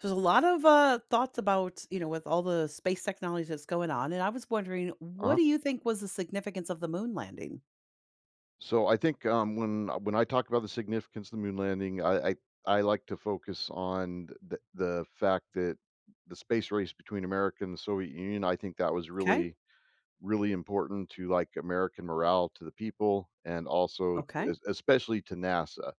There's a lot of thoughts about, with all the space technology that's going on. And I was wondering, what Uh-huh. do you think was the significance of the moon landing? So I think, when I talk about the significance of the moon landing, I like to focus on the fact that the space race between America and the Soviet Union, I think that was Okay. really really important to like American morale, to the people, and also Okay. Especially to NASA.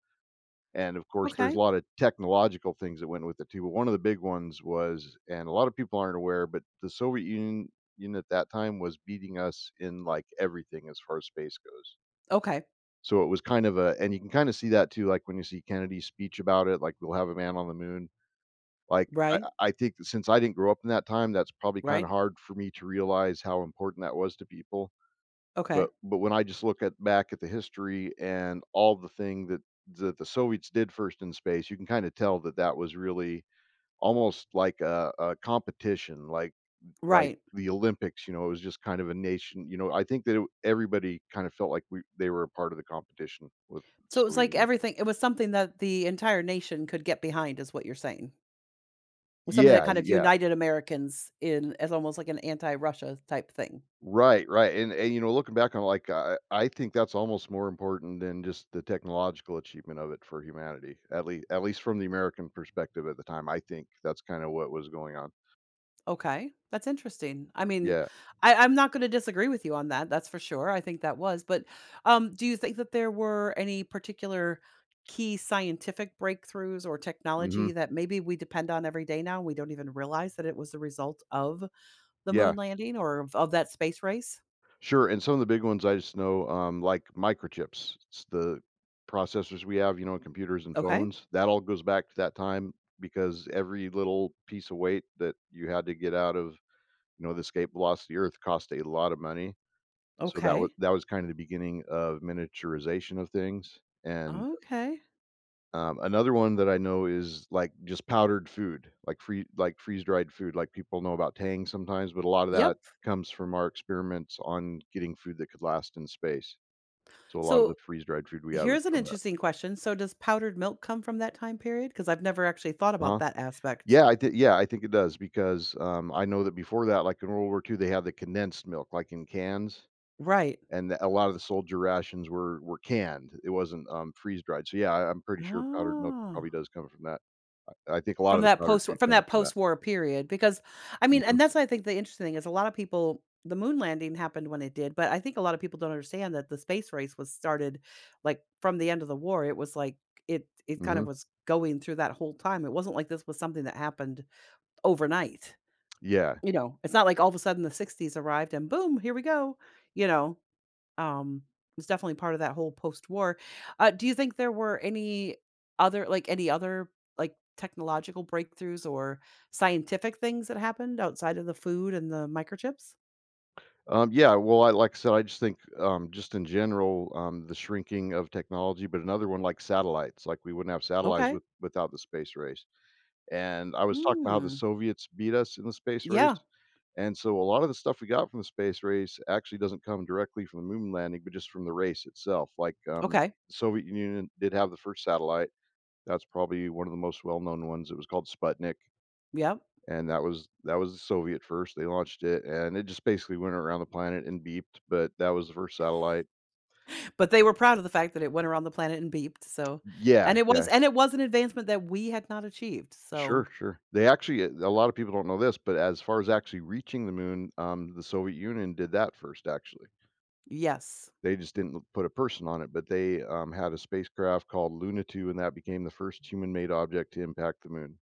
And of course, there's a Okay. lot of technological things that went with it too. But one of the big ones was, and a lot of people aren't aware, but the Soviet Union at that time was beating us in like everything as far as space goes. Okay. So it was kind of a, And you can kind of see that too, like when you see Kennedy's speech about it, like we'll have a man on the moon. Like I, Right. I I think that since I didn't grow up in that time, that's probably kind Right. of hard for me to realize how important that was to people. Okay. But when I just look at back at the history and all the thing that that the Soviets did first in space, you can kinda tell that that was really almost like a competition, like Right. the Olympics, you know, it was just kind of a nation. I think that it, everybody kind of felt like we they were a part of the competition with So it was Soviet like Union. everything, it was something that the entire nation could get behind, is what you're saying. It was something that Yeah, kind of yeah. united Americans in as almost like an anti Russia type thing. Right, right, and looking back on, like, I think that's almost more important than just the technological achievement of it for humanity, at least from the American perspective at the time. I think that's kinda what was going on. Okay, that's interesting. I mean, Yeah. I'm not going to disagree with you on that. That's for sure. I think that was. But do you think that there were any particular key scientific breakthroughs or technology Mhm. that maybe we depend on every day now? We don't even realize that it was the result of the moon Yeah. landing or of that space race. Sure, and some of the big ones I just know, like microchips, it's the processors we have, you know, in computers and Okay. phones, that all goes back to that time because every little piece of weight that you had to get out of, you know, the escape velocity Earth cost a lot of money. So that was Okay. that was kind of the beginning of miniaturization of things. And Okay. Another one that I know is, like, just powdered food, like free like freeze-dried food. Like, people know about Tang sometimes, but a lot of Yep. that comes from our experiments on getting food that could last in space. So a lot of the So freeze-dried food we have is here's an from that. interesting question. So does powdered milk come from that time period? Because I've never actually thought about Uh-huh. that aspect. Yeah, I think it does because, I know that before that, like, in World War II, they had the condensed milk, like, in cans. Right. And a lot of the soldier rations were canned. It wasn't, freeze dried. So, yeah, I'm pretty sure powdered milk Ah. probably does come from that. I think a lot of the powdered food From comes that from that. post-war period, because I mean Mhm, and that's I think the interesting thing is a lot of people the moon landing happened when it did, but I think a lot of people don't understand that the space race was started, like, from the end of the war, it was like it kind of mhm. was going through that whole time, it wasn't like this was something that happened overnight, Yeah. you know? It's not like all of a sudden the ‘60s arrived and boom, here we go, you know? Um, it's definitely part of that whole post-war. Do you think there were any other like technological breakthroughs or scientific things that happened outside of the food and the microchips? Yeah, well, I like I said, I just think, just in general, the shrinking of technology, but another one like satellites, like, we wouldn't have satellites Okay. Without the space race. And I was talking about how the Hmm. Soviets beat us in the space Yeah. race. And so a lot of the stuff we got from the space race actually doesn't come directly from the moon landing, but just from the race itself. Like the Okay. Soviet Union did have the first satellite. That's probably one of the most well-known ones. It was called Sputnik, Yeah. and that was the Soviet first. They launched it, and it just basically went around the planet and beeped. But that was the first satellite. But they were proud of the fact that it went around the planet and beeped. So, Yeah, yeah. and it was an advancement that we had not achieved. Sure, So, sure. They actually, a lot of people don't know this, but as far as actually reaching the moon, the Soviet Union did that first, actually. yes. They just didn't put a person on it, but they had a spacecraft called Luna 2, and that became the first human-made object to impact the moon.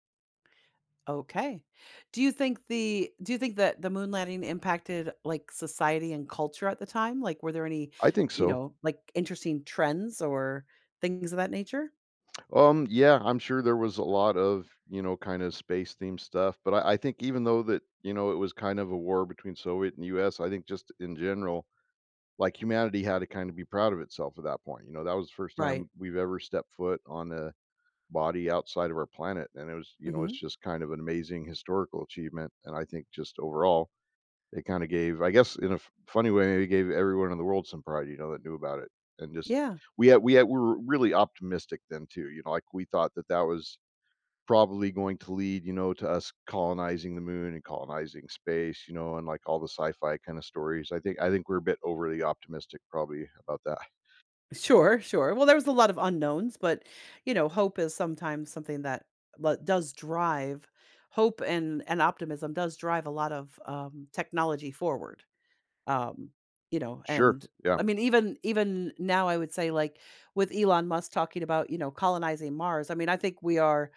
Okay. Do you think that the moon landing impacted, like, society and culture at the time? Like, were there any, I think so. Like, interesting trends or things of that nature? Yeah, I'm sure there was a lot of, you know, kind of space themed stuff, but I think even though that, you know, it was kind of a war between Soviet and US, I think just in general, like humanity had to kind of be proud of itself at that point. You know, that was the first Right. time we've ever stepped foot on a body outside of our planet, and it was you know, Mhm. it's just kind of an amazing historical achievement, and I think just overall, it kinda gave, I guess, in a f funny way, maybe gave everyone in the world some pride, you know, that knew about it, and just Yeah. We were really optimistic then too. You know, like, we thought that that was probably going to lead, you know, to us colonizing the moon and colonizing space, you know, and, like, all the sci-fi kinda stories. I think we're a bit overly optimistic probably about that. Sure, sure. Well, there was a lot of unknowns, but, hope is sometimes something that le does drive hope and optimism does drive a lot of, technology forward. Um, you know, Sure, and yeah, I mean, even now, I would say, like with Elon Musk talking about, colonizing Mars. I mean, I think we are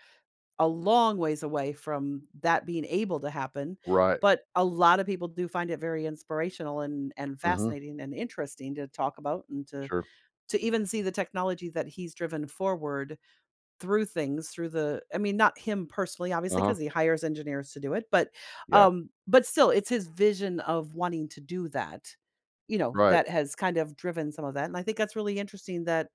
a long ways away from that being able to happen, right, but a lot of people do find it very inspirational and mhm, fascinating and interesting to talk about and to sure, to even see the technology that he's driven forward through things through the I mean, not him personally, obviously, uh-huh, because he hires engineers to do it, but, yeah, um, but still, it's his vision of wanting to do that, right, that has kind of driven some of that, and I think that's really interesting that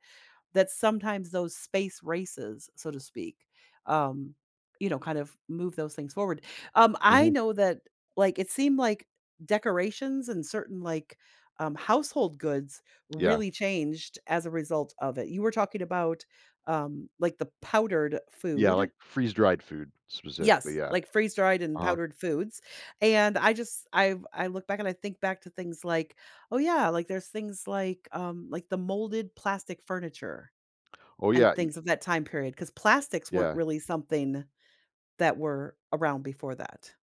that sometimes those space races, so to speak, um, kind of move those things forward. I mhm. know that like it seemed like decorations and certain like household goods Yeah. really changed as a result of it. You were talking about like the powdered Yeah, food. like freeze-dried food specifically, Yes, yeah. like freeze dried and Uh-huh. powdered foods. And I look back and I think back to things like, oh yeah, like there's things like the molded plastic furniture Oh, and yeah, y things of that time period, because plastics weren't yeah. really something that were around before that.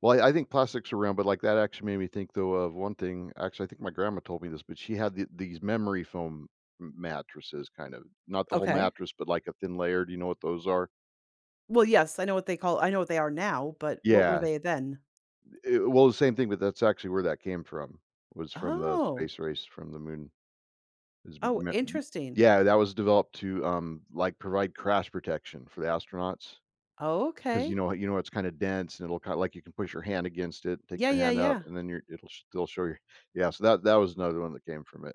Well, I think plastics are around, but, like, that actually made me think, though, of one thing. Actually, I think my grandma told me this, but she had these memory foam m mattresses, kind of. Not the whole Okay. mattress, but, like, a thin layer. Do you know what those are? Well, yes, I know what they are now, but what were Yeah. they then? Well, the same thing, but that's actually where that came from, was from the Oh. space race, from the moon. Is Oh, me y interesting. Yeah, that was developed to, like, provide crash protection for the astronauts. 'Cause Okay. It's kinda dense and it'll kinda like, you can push your hand against it, take Yeah, your yeah, hand out, yeah. and then you're it'll still show you. Yeah, so that was another one that came from it.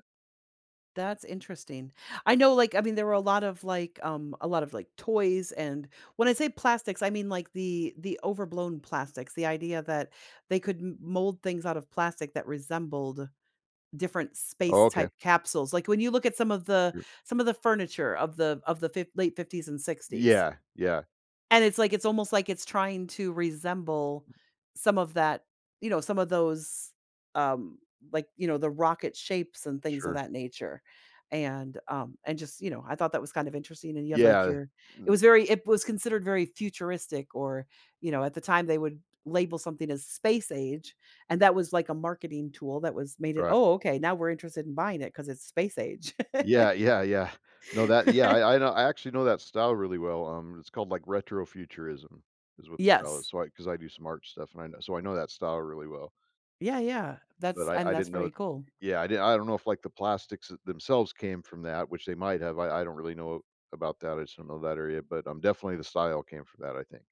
That's interesting. I know, like, I mean, there were a lot of like toys, and when I say plastics, I mean like the overblown plastics. The idea that they could mold things out of plastic that resembled different Oh, space okay. type capsules. Like when you look at You're some of the furniture of the late '50s and sixties, Yeah, yeah, and it's like it's almost like it's trying to resemble some of that, some of those, um, like, the rocket shapes and things of sure. that nature. And just, I thought that was kind of interesting. And you have like Yeah, your, mm, it was considered very futuristic, or, at the time they would label something as space age. And that was like a marketing tool that was made it, right. oh, okay, now we're interested in buying it because it's space age. Yeah, yeah, yeah. No, that yeah, I actually know that style really well. It's called, like, retrofuturism is what the style is, Yes. so I because I do some art stuff, and I know so I know that style really well. Yeah. Yeah. That's, But and I that's didn't know very cool. yeah, I didn't I don't know if, like, the plastics themselves came from that, which they might have. I don't really know about that, I just don't know that area, but, definitely the style came from that, I think.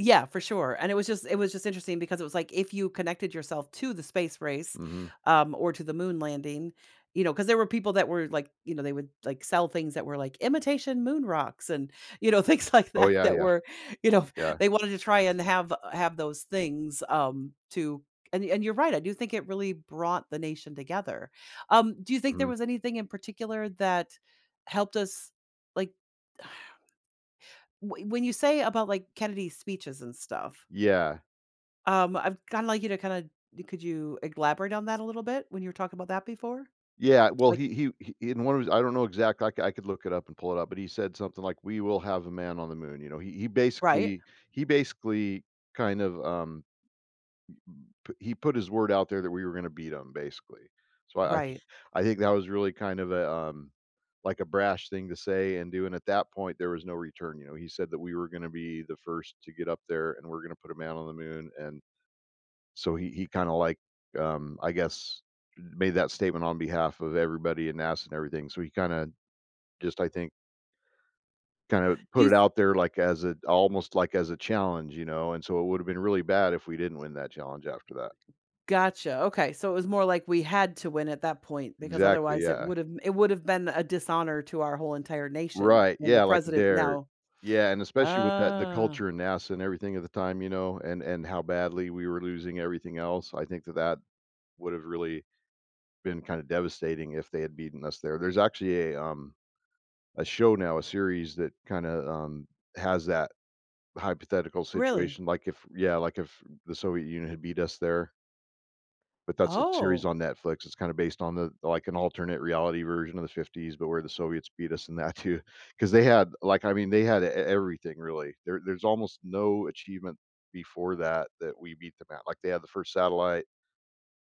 Yeah, for sure, and it was just interesting because it was like if you connected yourself to the space race, Mhm. Or to the moon landing, because there were people that were like, they would like sell things that were like imitation moon rocks and, things like Oh, that yeah, that yeah, were, you know, yeah, they wanted to try and have those things to and you're right, I do think it really brought the nation together. Do you think there mhm. was anything in particular that helped us like when you say about like Kennedy's speeches and stuff, Yeah. I've kinda like you to kinda could you elaborate on that a little bit when you were talking about that before? Yeah, well, Like he in one of his I don't know exact I could look it up and pull it up, but he said something like, "We will have a man on the moon." You know, right, he basically kind of, p he put his word out there that we were gonna beat him basically. So I I think right. I think that was really like a brash thing to say and do. And at that point, there was no return. He said that we were going to be the first to get up there and we're going to put a man on the moon. And so he kind of, like, I guess, made that statement on behalf of everybody in NASA and everything. So he kind of just, I think, kind of put You it out there like, as a almost like as a challenge. And so it would have been really bad if we didn't win that challenge after that. gotcha, okay, so it was more like we had to win at that point because Exactly. otherwise Yeah. It would have been a dishonor to our whole entire nation Right, when the yeah, like a president dare. now. Yeah, and especially with that the Ah, culture in NASA and everything at the time, and how badly we were losing everything else, I think that that would have really been kinda devastating if they had beaten us there. There's actually a show now, a series that kinda, has that hypothetical really? situation, like if yeah, like if the Soviet Union had beat us there. But that's a series Oh, on Netflix. It's kinda based on the like, an alternate reality version of the '50s, but where the Soviets beat us in that too, because they had like, I mean, they had e everything really. There's almost no achievement before that that we beat them at. Like, they had the first satellite.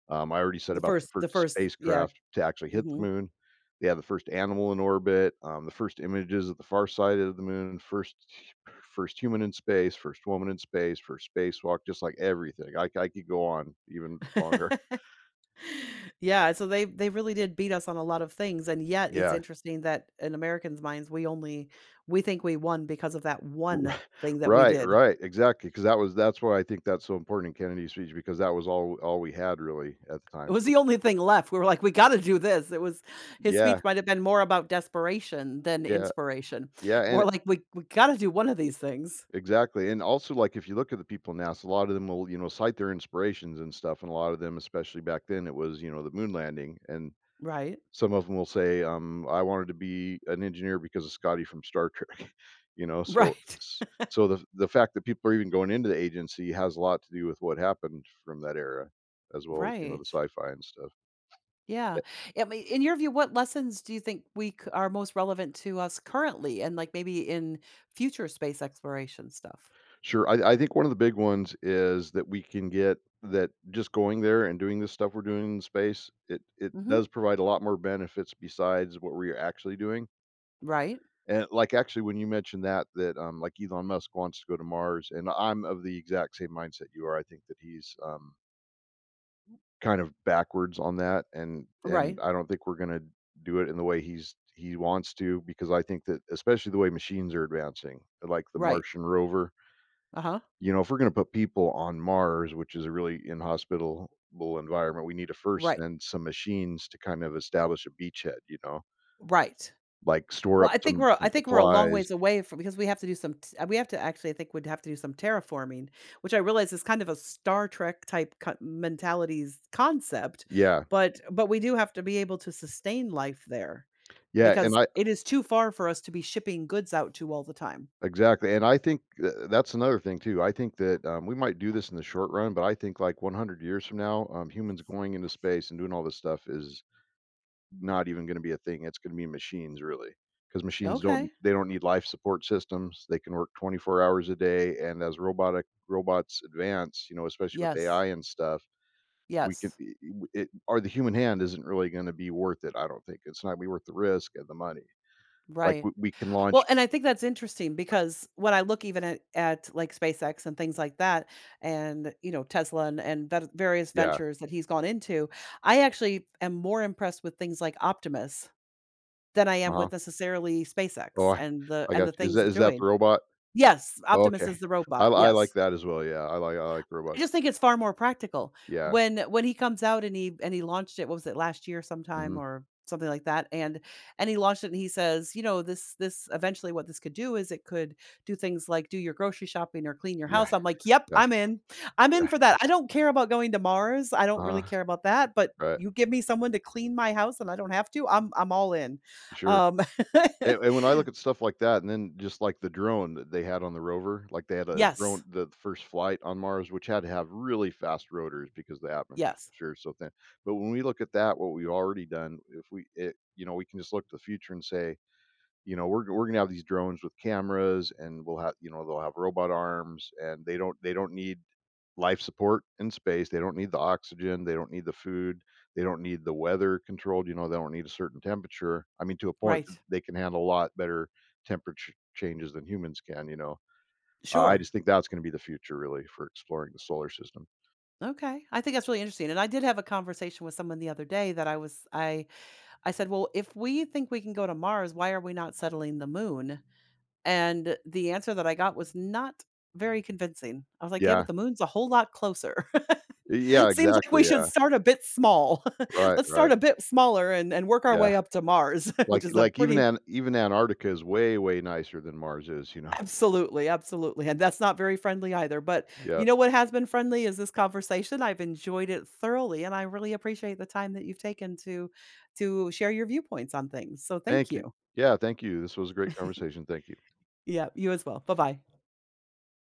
I already said about the the first first, yeah. spacecraft to actually hit the Mhm. moon. They had the first animal in orbit, the first images of the far side of the moon, first human in space, first woman in space, first spacewalk, just like everything. I could go on even longer. Yeah, so they really did beat us on a lot of things, and yet it's Yeah. interesting that in Americans' minds, we think we won because of that R one thing that we Right, did. right, exactly. Because that's why I think that's so important in Kennedy's speech because that was all we had really at the It time, was so. the only thing left. We were like, "We gotta do this." It was His speech Yeah, might have been more about desperation than yeah, inspiration. yeah, More like, "We gotta do one of these things." exactly, and also, like, if you look at the people in NASA, a lot of them will, you know, cite their inspirations and stuff, and a lot of them, especially back then, it was, you know, the moon landing, and Right? some of them will say, "I wanted to be an engineer because of Scotty from Star Trek," you know, so Right. s so the fact that people are even going into the agency has a lot to do with what happened from that era, as well as, you know, the Right. sci-fi and stuff. Yeah. Eh I mean, in your view, what lessons do you think we c are most relevant to us currently and, like, maybe in future space exploration stuff? Sure, I think one of the big ones is that we can get that just going there and doing this stuff we're doing in space, it Mhm. does provide a lot more benefits besides what we're actually doing. Right, And, like, actually, when you mentioned that, like, Elon Musk wants to go to Mars, and I'm of the exact same mindset you are. I think that he's, kind of backwards on that, and right, I don't think we're gonna do it in the way he wants to, because I think that especially the way machines are advancing, like the right, Martian rover, uh-huh, you know, if we're gonna put people on Mars, which is a really inhospitable environment, we need to first right, send some machines to kind of establish a beachhead, you know? right. Like, store Well, up some I some think we're a long supplies. ways away from because we have to do some t we have to actually I think we'd have to do some terraforming, which I realize is kind of a Star Trek type co mentalities concept, Yeah. but we do have to be able to sustain life there Yeah, and because I it is too far for us to be shipping goods out to all the time. Exactly, and I think th that's another thing too. I think that, we might do this in the short run, but I think, like, 100 years from now, humans going into space and doing all this stuff is not even gonna be a thing. It's gonna be machines, really, because machines don't Okay. they don't need life support systems. They can work 24 hours a day, and as robotic robots advance, you know, especially with Yes. AI and stuff, we can Yes. I w it or the human hand isn't really gonna be worth it, I don't think. It's not be worth the risk and the money. Like, Right. we can Well, launch. and I think that's interesting because when I look even at like SpaceX and things like that, and Tesla and that various Yeah, ventures that he's gone into, I actually am more impressed with things like Optimus than I am uh-huh. with necessarily Oh, SpaceX and the I and got the you. Is things that it's is that the doing. robot? Yes, Oh, Optimus is okay. the robot. I like Yes, that as well, yeah. I like I robots. just think it's far more practical. Yeah. When he comes out and he launched it, what was it last year sometime Mhm. or something like that? And he launched it and he says, this eventually what this could do is it could do things like do your grocery shopping or clean your Yeah, house. I'm like, yep, yeah, I'm in. I'm in yeah. for that. I don't care about going to Mars. I don't Uh-huh. really care about that, but Right. you give me someone to clean my house and I don't have to, I'm all in. Sure. Um And when I look at stuff like that, and then just like the drone that they had on the rover, like they had a yes. drone, the first flight on Mars, which had to have really fast rotors because the atmosphere Yes. is so thin. But when we look at that, what we've already done, if we it you know, we can just look to the future and say, you know, we're gonna have these drones with cameras, and we'll have, you know, they'll have robot arms, and they don't need life support in space, they don't need the oxygen, they don't need the food, they don't need the weather controlled, you know, they don't need a certain temperature, I mean, to a point, but Right. they can handle a lot better temperature changes than humans can, you know. I Sure. just think that's going to be the future, really, for exploring the solar system. Okay. I think that's really interesting. And I did have a conversation with someone the other day that I was I said, "Well, if we think we can go to Mars, why are we not settling the moon?" And the answer that I got was not very convincing. I was like, "Yeah, Yeah, but the moon's a whole lot closer." yeah, Seems like we exactly, should yeah. start a bit small. Right, Let's right, start a bit smaller and work our yeah. way up to Mars, which like is a like even pretty— even Antarctica is way nicer than Mars is, you know. Absolutely, absolutely, and that's not very friendly either, but Yeah. you know what has been friendly is this conversation, I've enjoyed it thoroughly, and I really appreciate the time that you've taken to share your viewpoints on things, so thank Thank you. you. Yeah, thank you. This was a great conversation. Thank you. Yeah, you as well. Bye-bye.